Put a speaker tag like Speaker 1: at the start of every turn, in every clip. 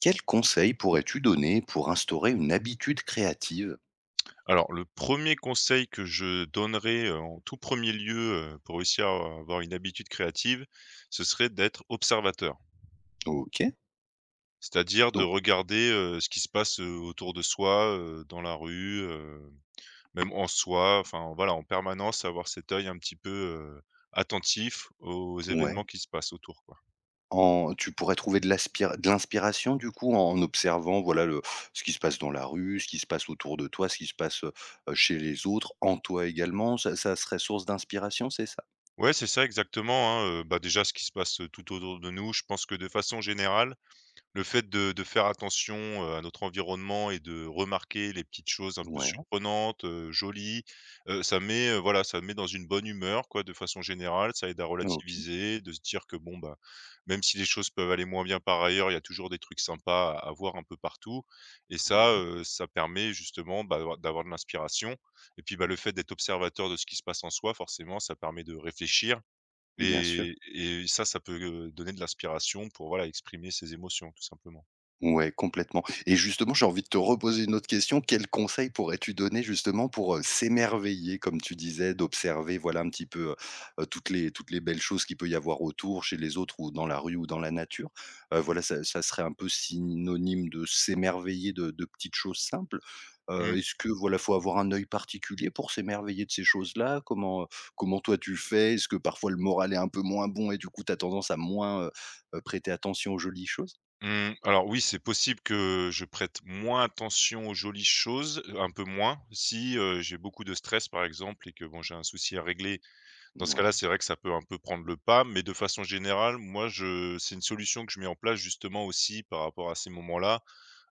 Speaker 1: Quel conseil pourrais-tu donner pour instaurer une habitude créative?
Speaker 2: Alors, le premier conseil que je donnerais, en tout premier lieu, pour réussir à avoir une habitude créative, ce serait d'être observateur.
Speaker 1: OK,
Speaker 2: C'est-à-dire de
Speaker 1: donc
Speaker 2: regarder, ce qui se passe, autour de soi, dans la rue, même en soi, enfin voilà, en permanence avoir cet œil un petit peu, attentif aux événements
Speaker 1: ouais,
Speaker 2: qui se passent autour, quoi.
Speaker 1: en tu pourrais trouver de l'inspiration du coup en observant, voilà, le ce qui se passe dans la rue, ce qui se passe autour de toi, ce qui se passe, chez les autres, en toi également, ça serait source d'inspiration, c'est ça?
Speaker 2: Ouais, c'est ça exactement, hein, bah, déjà ce qui se passe, tout autour de nous. Je pense que de façon générale, le fait de faire attention, à notre environnement et de remarquer les petites choses un peu
Speaker 1: Ouais,
Speaker 2: surprenantes, jolies, ça met, voilà, ça met dans une bonne humeur quoi, de façon générale. Ça aide à
Speaker 1: OK,
Speaker 2: relativiser, de se dire que bon, bah, même si les choses peuvent aller moins bien par ailleurs, il y a toujours des trucs sympas à voir un peu partout. Et
Speaker 1: ouais,
Speaker 2: ça, ça permet justement, bah, d'avoir de l'inspiration. Et puis, bah, le fait d'être observateur de ce qui se passe en soi, forcément, ça permet de réfléchir.
Speaker 1: bien sûr.
Speaker 2: Et ça, ça peut, donner de l'inspiration pour, voilà, exprimer ses émotions, tout simplement.
Speaker 1: Ouais, complètement et justement, j'ai envie de te reposer une autre question. Quels conseils pourrais-tu donner justement pour, s'émerveiller, comme tu disais, d'observer, voilà, un petit peu, toutes les belles choses qu'il peut y avoir autour, chez les autres ou dans la rue ou dans la nature? Voilà, ça serait un peu synonyme de s'émerveiller de petites choses simples.
Speaker 2: Mmh,
Speaker 1: Est-ce que, voilà, faut avoir un œil particulier pour s'émerveiller de ces choses-là? Comment toi tu fais? Est-ce que parfois le moral est un peu moins bon et du coup tu as tendance à moins, prêter attention aux jolies choses?
Speaker 2: mmh, alors oui, c'est possible que je prête moins attention aux jolies choses, un peu moins, si, j'ai beaucoup de stress, par exemple, et que, bon, j'ai un souci à régler. Dans ce cas-là,
Speaker 1: Ouais.
Speaker 2: c'est vrai que ça peut un peu prendre le pas, mais de façon générale, moi, je c'est une solution que je mets en place, justement, aussi par rapport à ces moments-là,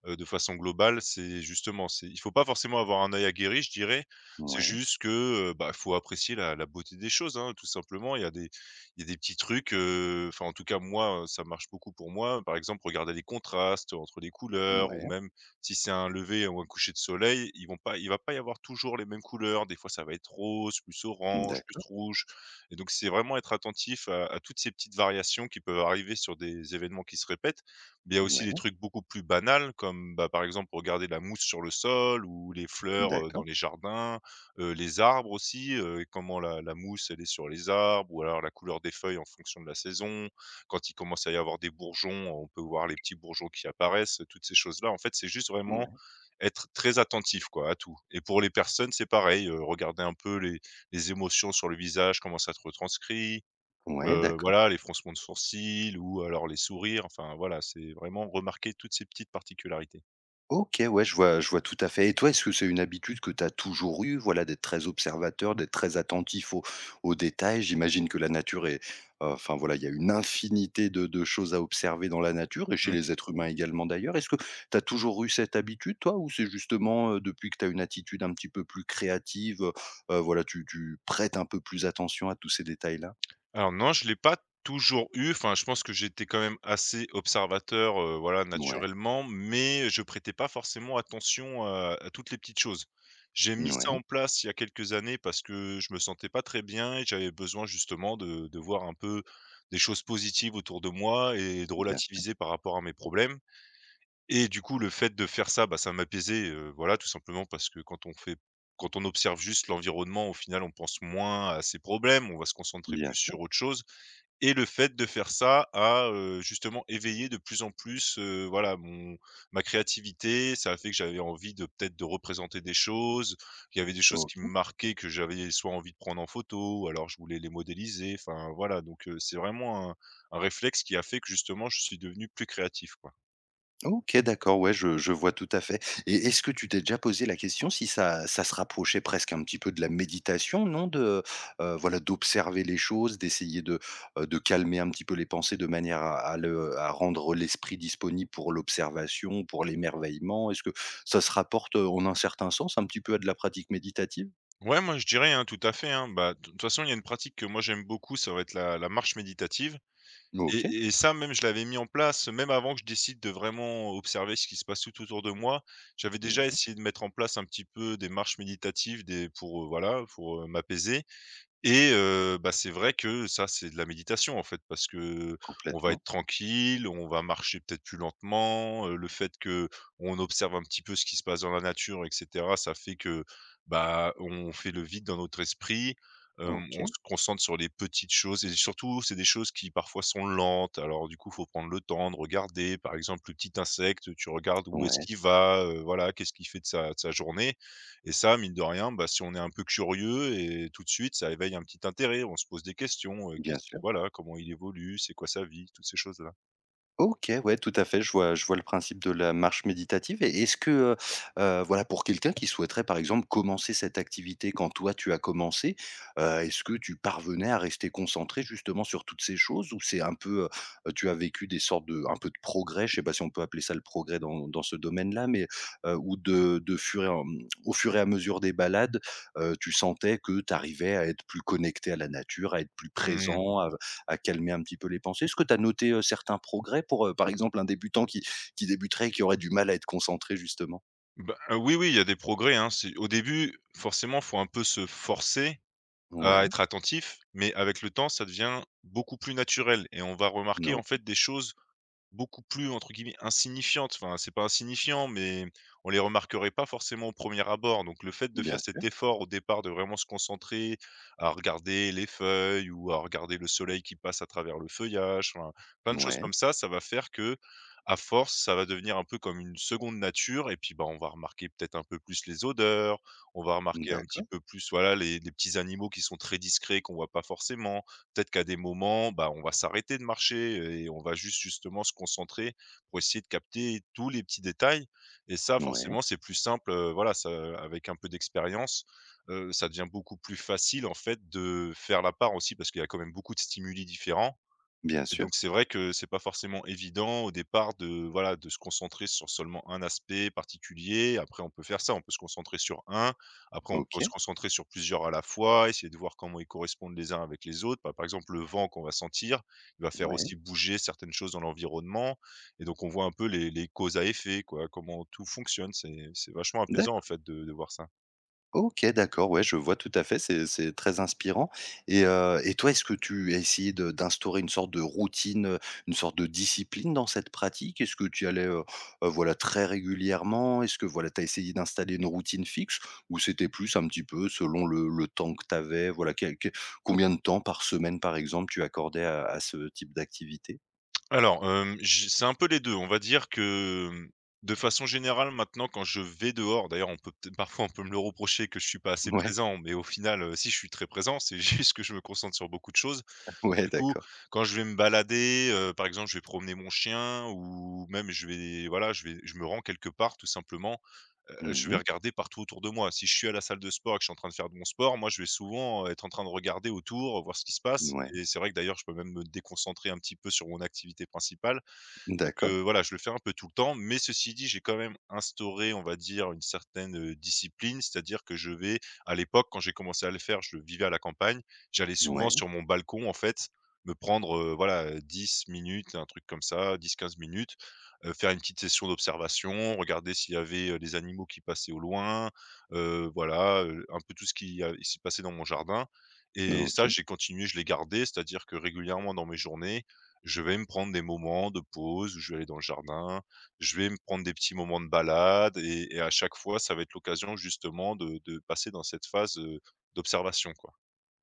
Speaker 2: de façon globale, c'est justement, c'est il faut pas forcément avoir un œil aguerri, je dirais. C'est
Speaker 1: Ouais,
Speaker 2: juste que, bah, faut apprécier la beauté des choses, hein, tout simplement. Il y a des petits trucs, enfin, en tout cas, moi, ça marche beaucoup pour moi. Par exemple, regarder les contrastes entre les couleurs ou
Speaker 1: ouais,
Speaker 2: même si c'est un lever ou un coucher de soleil, ils vont pas il va pas y avoir toujours les mêmes couleurs. Des fois, ça va être rose, plus orange, plus
Speaker 1: d'accord,
Speaker 2: rouge, et donc c'est vraiment être attentif à toutes ces petites variations qui peuvent arriver sur des événements qui se répètent, mais il y a aussi des
Speaker 1: ouais,
Speaker 2: trucs beaucoup plus banals comme, bah, par exemple, regarder la mousse sur le sol ou les fleurs, dans
Speaker 1: d'accord,
Speaker 2: les jardins, les arbres aussi, comment la mousse, elle est sur les arbres, ou alors la couleur des feuilles en fonction de la saison. Quand il commence à y avoir des bourgeons, on peut voir les petits bourgeons qui apparaissent, toutes ces choses-là. En fait, c'est juste vraiment
Speaker 1: ouais,
Speaker 2: être très attentif, quoi, à tout. Et pour les personnes, c'est pareil, regarder un peu les émotions sur le visage, comment ça se retranscrit.
Speaker 1: ouais, d'accord.
Speaker 2: Voilà, les froncements de sourcils ou alors les sourires, enfin voilà, c'est vraiment remarquer toutes ces petites particularités.
Speaker 1: OK, ouais, je vois tout à fait et toi, est-ce que c'est une habitude que tu as toujours eue, voilà, d'être très observateur, d'être très attentif aux détails? J'imagine que la nature est, enfin, voilà, il y a une infinité de choses à observer dans la nature et chez
Speaker 2: Mmh.
Speaker 1: les êtres humains également d'ailleurs. Est-ce que tu as toujours eu cette habitude toi ou c'est justement, depuis que tu as une attitude un petit peu plus créative, voilà, tu prêtes un peu plus attention à tous ces détails-là?
Speaker 2: Alors non, je l'ai pas toujours eu, enfin je pense que j'étais quand même assez observateur, voilà,
Speaker 1: Ouais,
Speaker 2: naturellement, mais je prêtais pas forcément attention à toutes les petites choses. J'ai mis ça
Speaker 1: ouais,
Speaker 2: en place il y a quelques années parce que je me sentais pas très bien et j'avais besoin justement de voir un peu des choses positives autour de moi et de
Speaker 1: bien sûr,
Speaker 2: relativiser par rapport à mes problèmes. Et du coup, le fait de faire ça, bah, ça m'apaisait, voilà, tout simplement parce que quand on observe juste l'environnement, au final, on pense moins à ses problèmes, on va se concentrer
Speaker 1: bien
Speaker 2: plus
Speaker 1: sûr.
Speaker 2: sur autre chose, et le fait de faire ça a, justement éveillé de plus en plus, voilà, mon ma créativité. Ça a fait que j'avais envie de peut-être de représenter des choses. Il y avait des choses
Speaker 1: OK.
Speaker 2: qui me marquaient que j'avais soit envie de prendre en photo ou alors je voulais les modéliser, enfin, voilà, donc c'est vraiment un réflexe qui a fait que justement je suis devenu plus créatif, quoi.
Speaker 1: OK, d'accord, ouais, je vois tout à fait et est-ce que tu t'es déjà posé la question si ça se rapprochait presque un petit peu de la méditation, non? Voilà, d'observer les choses, d'essayer de calmer un petit peu les pensées de manière à le à rendre l'esprit disponible pour l'observation, pour l'émerveillement? Est-ce que ça se rapporte, en un certain sens, un petit peu à de la pratique méditative?
Speaker 2: Ouais, moi je dirais, hein, tout à fait, hein. Bah, de toute façon, il y a une pratique que moi j'aime beaucoup, ça va être la marche méditative,
Speaker 1: OK,
Speaker 2: et ça même je l'avais mis en place, même avant que je décide de vraiment observer ce qui se passe tout autour de moi. J'avais déjà
Speaker 1: ouais,
Speaker 2: essayé de mettre en place un petit peu des marches méditatives, des pour, voilà, pour, m'apaiser. Et bah, c'est vrai que ça, c'est de la méditation, en fait, parce que on va
Speaker 1: complètement.
Speaker 2: être tranquille, on va marcher peut-être plus lentement, le fait que on observe un petit peu ce qui se passe dans la nature et cetera, ça fait que, bah, on fait le vide dans notre esprit, on se
Speaker 1: OK,
Speaker 2: concentre sur les petites choses et surtout, c'est des choses qui parfois sont lentes. Alors du coup, faut prendre le temps de regarder, par exemple, le petit insecte, tu regardes où est-ce
Speaker 1: ouais,
Speaker 2: qu'il va, voilà, qu'est-ce qu'il fait de sa journée. Et ça, mine de rien, bah, si on est un peu curieux et tout de suite, ça éveille un petit intérêt. On se pose des questions,
Speaker 1: bien
Speaker 2: qu'est-ce qui
Speaker 1: sûr.
Speaker 2: voilà, comment il évolue, c'est quoi sa vie, toutes ces choses-là.
Speaker 1: OK, ouais, tout à fait. Je vois le principe de la marche méditative et est-ce que, voilà, pour quelqu'un qui souhaiterait, par exemple, commencer cette activité quand toi tu as commencé, est-ce que tu parvenais à rester concentré justement sur toutes ces choses? Ou c'est un peu, tu as vécu des sortes de un peu de progrès, je sais pas si on peut appeler ça le progrès dans ce domaine-là, mais ou de fur et en au fur et à mesure des balades, tu sentais que tu arrivais à être plus connecté à la nature, à être plus
Speaker 2: Mmh.
Speaker 1: présent, à calmer un petit peu les pensées. Est-ce que tu as noté, certains progrès pour, par exemple, un débutant qui débuterait et qui aurait du mal à être concentré justement?
Speaker 2: Bah, oui, oui, il y a des progrès, hein. C'est au début, forcément, faut un peu se forcer à
Speaker 1: Ouais,
Speaker 2: être attentif, mais avec le temps, ça devient beaucoup plus naturel et on va remarquer, en
Speaker 1: OK,
Speaker 2: fait, des choses beaucoup plus, entre guillemets, «insignifiantes». Enfin, c'est pas insignifiant, mais on les remarquerait pas forcément au premier abord. Donc le fait de
Speaker 1: bien
Speaker 2: faire
Speaker 1: sûr.
Speaker 2: cet effort au départ, de vraiment se concentrer à regarder les feuilles ou à regarder le soleil qui passe à travers le feuillage, enfin, plein de choses
Speaker 1: Ouais,
Speaker 2: comme ça va faire que à force, ça va devenir un peu comme une seconde nature. Et puis, bah, on va remarquer peut-être un peu plus les odeurs, on va remarquer un petit
Speaker 1: d'accord.
Speaker 2: peu plus, voilà, les petits animaux qui sont très discrets, qu'on voit pas forcément. Peut-être qu'à des moments, bah, on va s'arrêter de marcher et on va juste justement se concentrer pour essayer de capter tous les petits détails, et ça
Speaker 1: Ouais,
Speaker 2: forcément c'est plus simple, voilà ça avec un peu d'expérience, ça devient beaucoup plus facile en fait de faire la part aussi parce qu'il y a quand même beaucoup de stimuli différents.
Speaker 1: bien
Speaker 2: Et
Speaker 1: sûr.
Speaker 2: donc c'est vrai que c'est pas forcément évident au départ de, voilà, de se concentrer sur seulement un aspect particulier. Après, on peut faire ça, on peut se concentrer sur un. Après, on peut se
Speaker 1: OK,
Speaker 2: concentrer sur plusieurs à la fois, essayer de voir comment ils correspondent les uns avec les autres. Bah, par exemple, le vent qu'on va sentir, il va faire
Speaker 1: ouais,
Speaker 2: aussi bouger certaines choses dans l'environnement. Et donc, on voit un peu les causes à effet, quoi, comment tout fonctionne. C'est vachement apaisant, en
Speaker 1: d'accord.
Speaker 2: fait, de voir ça.
Speaker 1: OK, d'accord, ouais, je vois tout à fait, c'est très inspirant et toi, est-ce que tu as essayé de d'instaurer une sorte de routine, une sorte de discipline dans cette pratique? Est-ce que tu y allais, voilà, très régulièrement? Est-ce que, voilà, tu as essayé d'installer une routine fixe ou c'était plus un petit peu selon le temps que tu avais? Voilà, quel quel combien de temps par semaine, par exemple, tu accordais à ce type d'activité?
Speaker 2: Alors, hem, j c'est un peu les 2. On va dire que, de façon générale, maintenant, quand je vais dehors, d'ailleurs, on peut peut-être parfois, on peut me le reprocher que je suis pas assez
Speaker 1: Ouais,
Speaker 2: présent, mais au final, si, je suis très présent, c'est juste que je me concentre sur beaucoup de choses.
Speaker 1: ouais,
Speaker 2: Du coup,
Speaker 1: d'accord.
Speaker 2: quand je vais me balader, par exemple, je vais promener mon chien ou même je vais voilà, je me rends quelque part tout simplement. Je vais
Speaker 1: Mmh.
Speaker 2: regarder partout autour de moi. Si je suis à la salle de sport et que je suis en train de faire de mon sport, moi, je vais souvent, être en train de regarder autour, voir ce qui se passe.
Speaker 1: Ouais,
Speaker 2: Et c'est vrai que d'ailleurs, je peux même me déconcentrer un petit peu sur mon activité principale. Donc
Speaker 1: d'accord.
Speaker 2: voilà, je le fais un peu tout le temps, mais ceci dit, j'ai quand même instauré, on va dire, une certaine, discipline. C'est-à-dire que je vais à l'époque, quand j'ai commencé à le faire, je vivais à la campagne, j'allais souvent
Speaker 1: Ouais,
Speaker 2: sur mon balcon, en fait, me prendre, voilà, 10 minutes, un truc comme ça, 10 15 minutes, faire une petite session d'observation, regarder s'il y avait, des animaux qui passaient au loin, voilà, un peu tout ce qui a s'y passait dans mon jardin. Et ça,
Speaker 1: OK.
Speaker 2: j'ai continué, je l'ai gardé, c'est-à-dire que régulièrement dans mes journées je vais me prendre des moments de pause où je vais aller dans le jardin, je vais me prendre des petits moments de balade, et à chaque fois, ça va être l'occasion justement de passer dans cette phase, d'observation, quoi.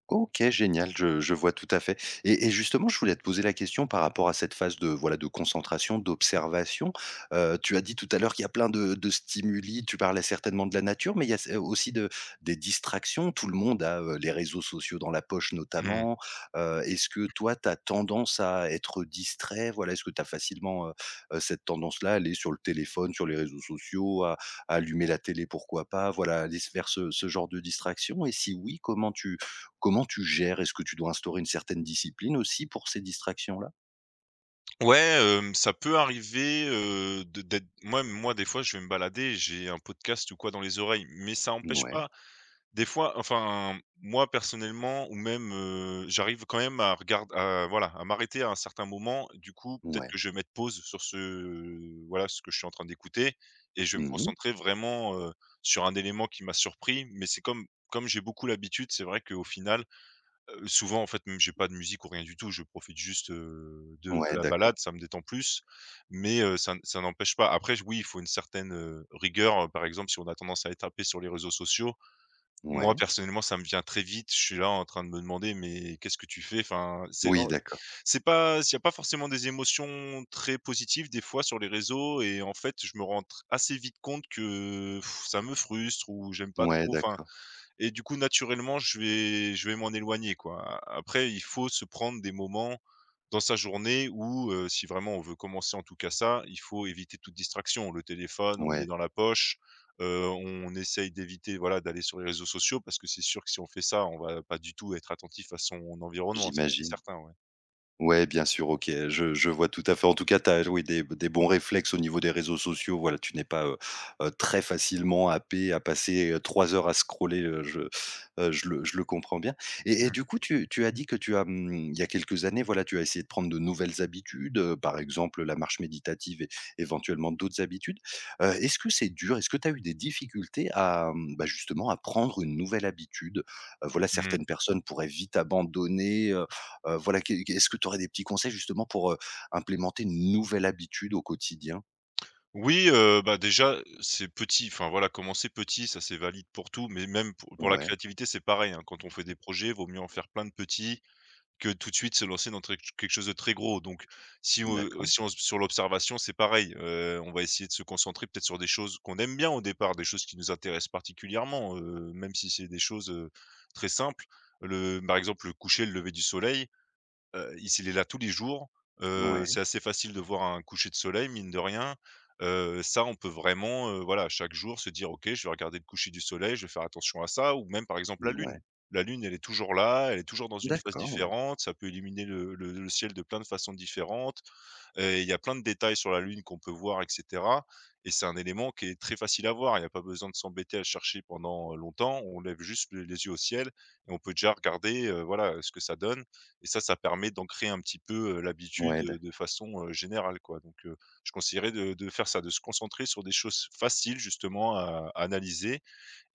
Speaker 1: OK, génial, je vois tout à fait et justement, je voulais te poser la question par rapport à cette phase de, voilà, de concentration, d'observation. Tu as dit tout à l'heure qu'il y a plein de stimuli, tu parlais certainement de la nature, mais il y a ce aussi de des distractions. Tout le monde a, les réseaux sociaux dans la poche
Speaker 2: Mmh.
Speaker 1: notamment. Est-ce que toi, tu as tendance à être distrait? Voilà, est-ce que tu as facilement, cette tendance-là, à aller sur le téléphone, sur les réseaux sociaux, à allumer la télé, pourquoi pas? Voilà, aller s vers ce genre de distraction et si oui, comment tu gères? Est-ce que tu dois instaurer une certaine discipline aussi pour ces distractions-là?
Speaker 2: Ouais, ça peut arriver, de d'être moi moi, des fois, je vais me balader, j'ai un podcast ou quoi dans les oreilles, mais ça n'empêche
Speaker 1: Ouais,
Speaker 2: pas. Des fois, enfin, moi personnellement ou même, j'arrive quand même à regarder, à voilà, à m'arrêter à un certain moment. Du coup, peut-être
Speaker 1: ouais.
Speaker 2: que je vais mettre pause sur ce voilà, ce que je suis en train d'écouter et je vais me
Speaker 1: Mmh.
Speaker 2: concentrer vraiment, sur un élément qui m'a surpris. Mais c'est comme j'ai beaucoup l'habitude, c'est vrai qu'au final, souvent en fait, même j'ai pas de musique ou rien du tout. Je profite juste, de
Speaker 1: Ouais,
Speaker 2: la
Speaker 1: d'accord.
Speaker 2: balade, ça me détend plus. Mais, ça n'empêche pas. Après oui, il faut une certaine, rigueur. Par exemple, si on a tendance à être happé sur les réseaux sociaux, moi,
Speaker 1: Ouais.
Speaker 2: personnellement, ça me vient très vite. Je suis là en train de me demander: «Mais qu'est-ce que tu fais?» Enfin,
Speaker 1: Oui, d'accord.
Speaker 2: c'est pas, il y a pas forcément des émotions très positives des fois sur les réseaux et en fait, je me rends tr assez vite compte que pff, ça me frustre ou j'aime pas
Speaker 1: Ouais,
Speaker 2: trop, enfin,
Speaker 1: d'accord.
Speaker 2: et du coup, naturellement, je vais m'en éloigner, quoi. Après, il faut se prendre des moments dans sa journée où, si vraiment on veut commencer en tout cas ça, il faut éviter toute distraction. Le téléphone, on le met
Speaker 1: Ouais,
Speaker 2: dans la poche, on essaye d'éviter, voilà, d'aller sur les réseaux sociaux parce que c'est sûr que si on fait ça, on va pas du tout être attentif à son environnement, ça c'est
Speaker 1: j'imagine.
Speaker 2: certain, ouais.
Speaker 1: Ouais, bien sûr, OK, je vois tout à fait. En tout cas, tu as oui, des bons réflexes au niveau des réseaux sociaux. Voilà, tu n'es pas, très facilement happé à passer, 3 heures à scroller, je le comprends bien et du coup, tu as dit que tu as, mmh, il y a quelques années, voilà, tu as essayé de prendre de nouvelles habitudes, par exemple, la marche méditative et éventuellement d'autres habitudes. Est-ce que c'est dur? Est-ce que tu as eu des difficultés à, mmh, bah, justement à prendre une nouvelle habitude? Voilà,
Speaker 2: Mmh.
Speaker 1: certaines personnes pourraient vite abandonner. Voilà, qu'est-ce que tu aurais des petits conseils justement pour, implémenter une nouvelle habitude au quotidien?
Speaker 2: Oui, bah, déjà, c'est petit, enfin, voilà, commencer petit, ça c'est valide pour tout, mais même pour la
Speaker 1: Ouais,
Speaker 2: créativité, c'est pareil, hein. Quand on fait des projets, vaut mieux en faire plein de petits que tout de suite se lancer dans très quelque chose de très gros. Donc si on
Speaker 1: d'accord.
Speaker 2: si on sur l'observation, c'est pareil, on va essayer de se concentrer peut-être sur des choses qu'on aime bien au départ, des choses qui nous intéressent particulièrement, même si c'est des choses, très simples. Le Par exemple, le coucher, le lever du soleil. Il s est là tous les jours,
Speaker 1: Ouais,
Speaker 2: c'est assez facile de voir un coucher de soleil mine de rien. Ça on peut vraiment, voilà, chaque jour se dire: «OK, je vais regarder le coucher du soleil, je vais faire attention à ça», ou même par exemple la
Speaker 1: ouais,
Speaker 2: lune. La lune, elle est toujours là, elle est toujours dans une phase
Speaker 1: d'accord, ouais.
Speaker 2: différente, ça peut illuminer le ciel de plein de façons différentes. Il y a plein de détails sur la lune qu'on peut voir et cetera, et c'est un élément qui est très facile à voir. Il n'y a pas besoin de s'embêter à le chercher pendant, longtemps. On lève juste le les yeux au ciel et on peut déjà regarder, voilà, ce que ça donne, et ça permet d'ancrer un petit peu, l'habitude,
Speaker 1: Ouais, d'ac
Speaker 2: de façon, générale, quoi. Donc, je conseillerais de faire ça, de se concentrer sur des choses faciles justement à analyser,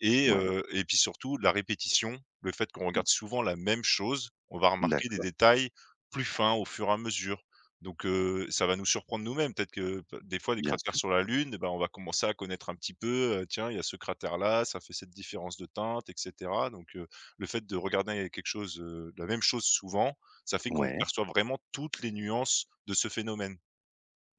Speaker 2: et
Speaker 1: ouais,
Speaker 2: heu et puis surtout la répétition, le fait qu'on
Speaker 1: mmh,
Speaker 2: regarde souvent la même chose, on va remarquer des
Speaker 1: d'accord,
Speaker 2: détails plus fins au fur et à mesure. Donc ça va nous surprendre nous-mêmes. Peut-être que p des fois, des
Speaker 1: bien
Speaker 2: cratères
Speaker 1: sûr.
Speaker 2: sur la Lune, eh ben on va commencer à connaître un petit peu, tiens, il y a ce cratère-là, ça fait cette différence de teinte et cetera. Donc le fait de regarder quelque chose, la même chose souvent, ça fait qu'on
Speaker 1: Ouais.
Speaker 2: perçoit vraiment toutes les nuances de ce phénomène.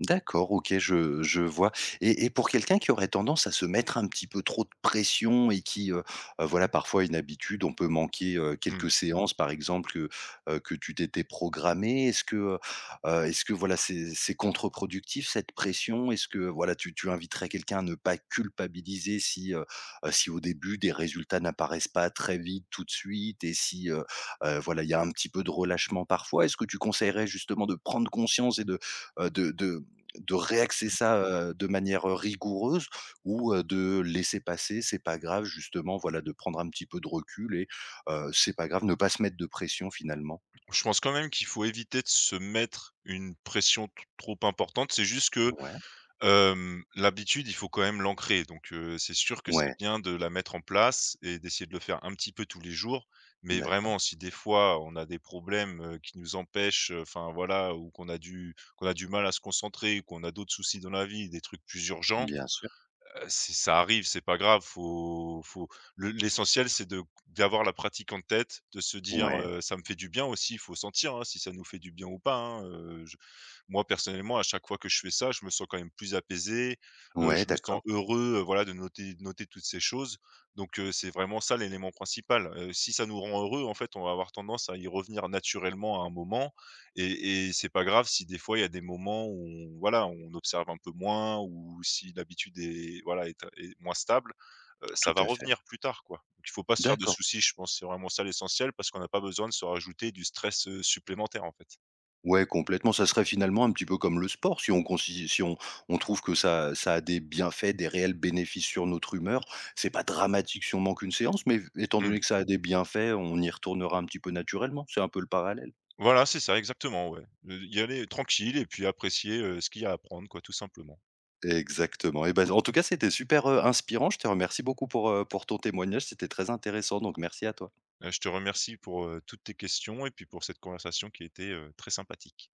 Speaker 1: D'accord, OK, je vois et pour quelqu'un qui aurait tendance à se mettre un petit peu trop de pression et qui, voilà, parfois a une habitude, on peut manquer,
Speaker 2: Mmh.
Speaker 1: quelques séances, par exemple, que tu t'étais programmé. Est-ce que, voilà, c'est contre-productif cette pression? Est-ce que, voilà, tu inviterais quelqu'un à ne pas culpabiliser si, si au début des résultats n'apparaissent pas très vite, tout de suite et si, voilà, il y a un petit peu de relâchement parfois? Est-ce que tu conseillerais justement de prendre conscience et de, heu, de de de réaxer ça, de manière rigoureuse ou, de laisser passer, c'est pas grave justement, voilà, de prendre un petit peu de recul et c'est pas grave, ne pas se mettre de pression finalement?
Speaker 2: Je pense quand même qu'il faut éviter de se mettre une pression t trop importante. C'est juste que
Speaker 1: Ouais,
Speaker 2: L'habitude, il faut quand même l'ancrer, donc c'est sûr que c'est
Speaker 1: ouais,
Speaker 2: bien de la mettre en place et d'essayer de le faire un petit peu tous les jours. Mais
Speaker 1: d'accord,
Speaker 2: vraiment, si des fois on a des problèmes, qui nous empêchent, enfin voilà, ou qu'on a du mal à se concentrer, ou qu'on a d'autres soucis dans la vie, des trucs plus urgents,
Speaker 1: bien sûr.
Speaker 2: C'est ça arrive, c'est pas grave, faut faut le l'essentiel c'est de d'avoir la pratique en tête, de se dire,
Speaker 1: Ouais,
Speaker 2: «Ça me fait du bien» aussi. Il faut sentir, hein, si ça nous fait du bien ou pas, hein, je moi personnellement à chaque fois que je fais ça, je me sens quand même plus apaisé,
Speaker 1: ouais,
Speaker 2: je me sens
Speaker 1: d'accord,
Speaker 2: heureux, voilà, de noter toutes ces choses, donc c'est vraiment ça l'élément principal, si ça nous rend heureux en fait, on va avoir tendance à y revenir naturellement à un moment, et c'est pas grave si des fois il y a des moments où on voilà, on observe un peu moins, ou si l'habitude est voilà, est moins stable,
Speaker 1: tout
Speaker 2: ça va
Speaker 1: à fait.
Speaker 2: revenir plus tard, quoi. Donc il faut pas se faire de
Speaker 1: D'accord.
Speaker 2: soucis, je pense, c'est vraiment ça l'essentiel, parce qu'on n'a pas besoin de se rajouter du stress, supplémentaire, en fait.
Speaker 1: Ouais, complètement, ça serait finalement un petit peu comme le sport si on consi si on on trouve que ça a des bienfaits, des réels bénéfices sur notre humeur. C'est pas dramatique si on manque une séance, mais étant
Speaker 2: Mmh.
Speaker 1: donné que ça a des bienfaits, on y retournera un petit peu naturellement, c'est un peu le parallèle.
Speaker 2: Voilà, c'est ça, exactement, ouais. Y aller tranquille et puis apprécier, ce qu'il y a à apprendre, quoi, tout simplement.
Speaker 1: Exactement. Et ben, en tout cas, c'était super, inspirant. Je te remercie beaucoup pour ton témoignage. C'était très intéressant, donc merci à toi.
Speaker 2: Je te remercie pour, toutes tes questions et puis pour cette conversation qui a été, très sympathique.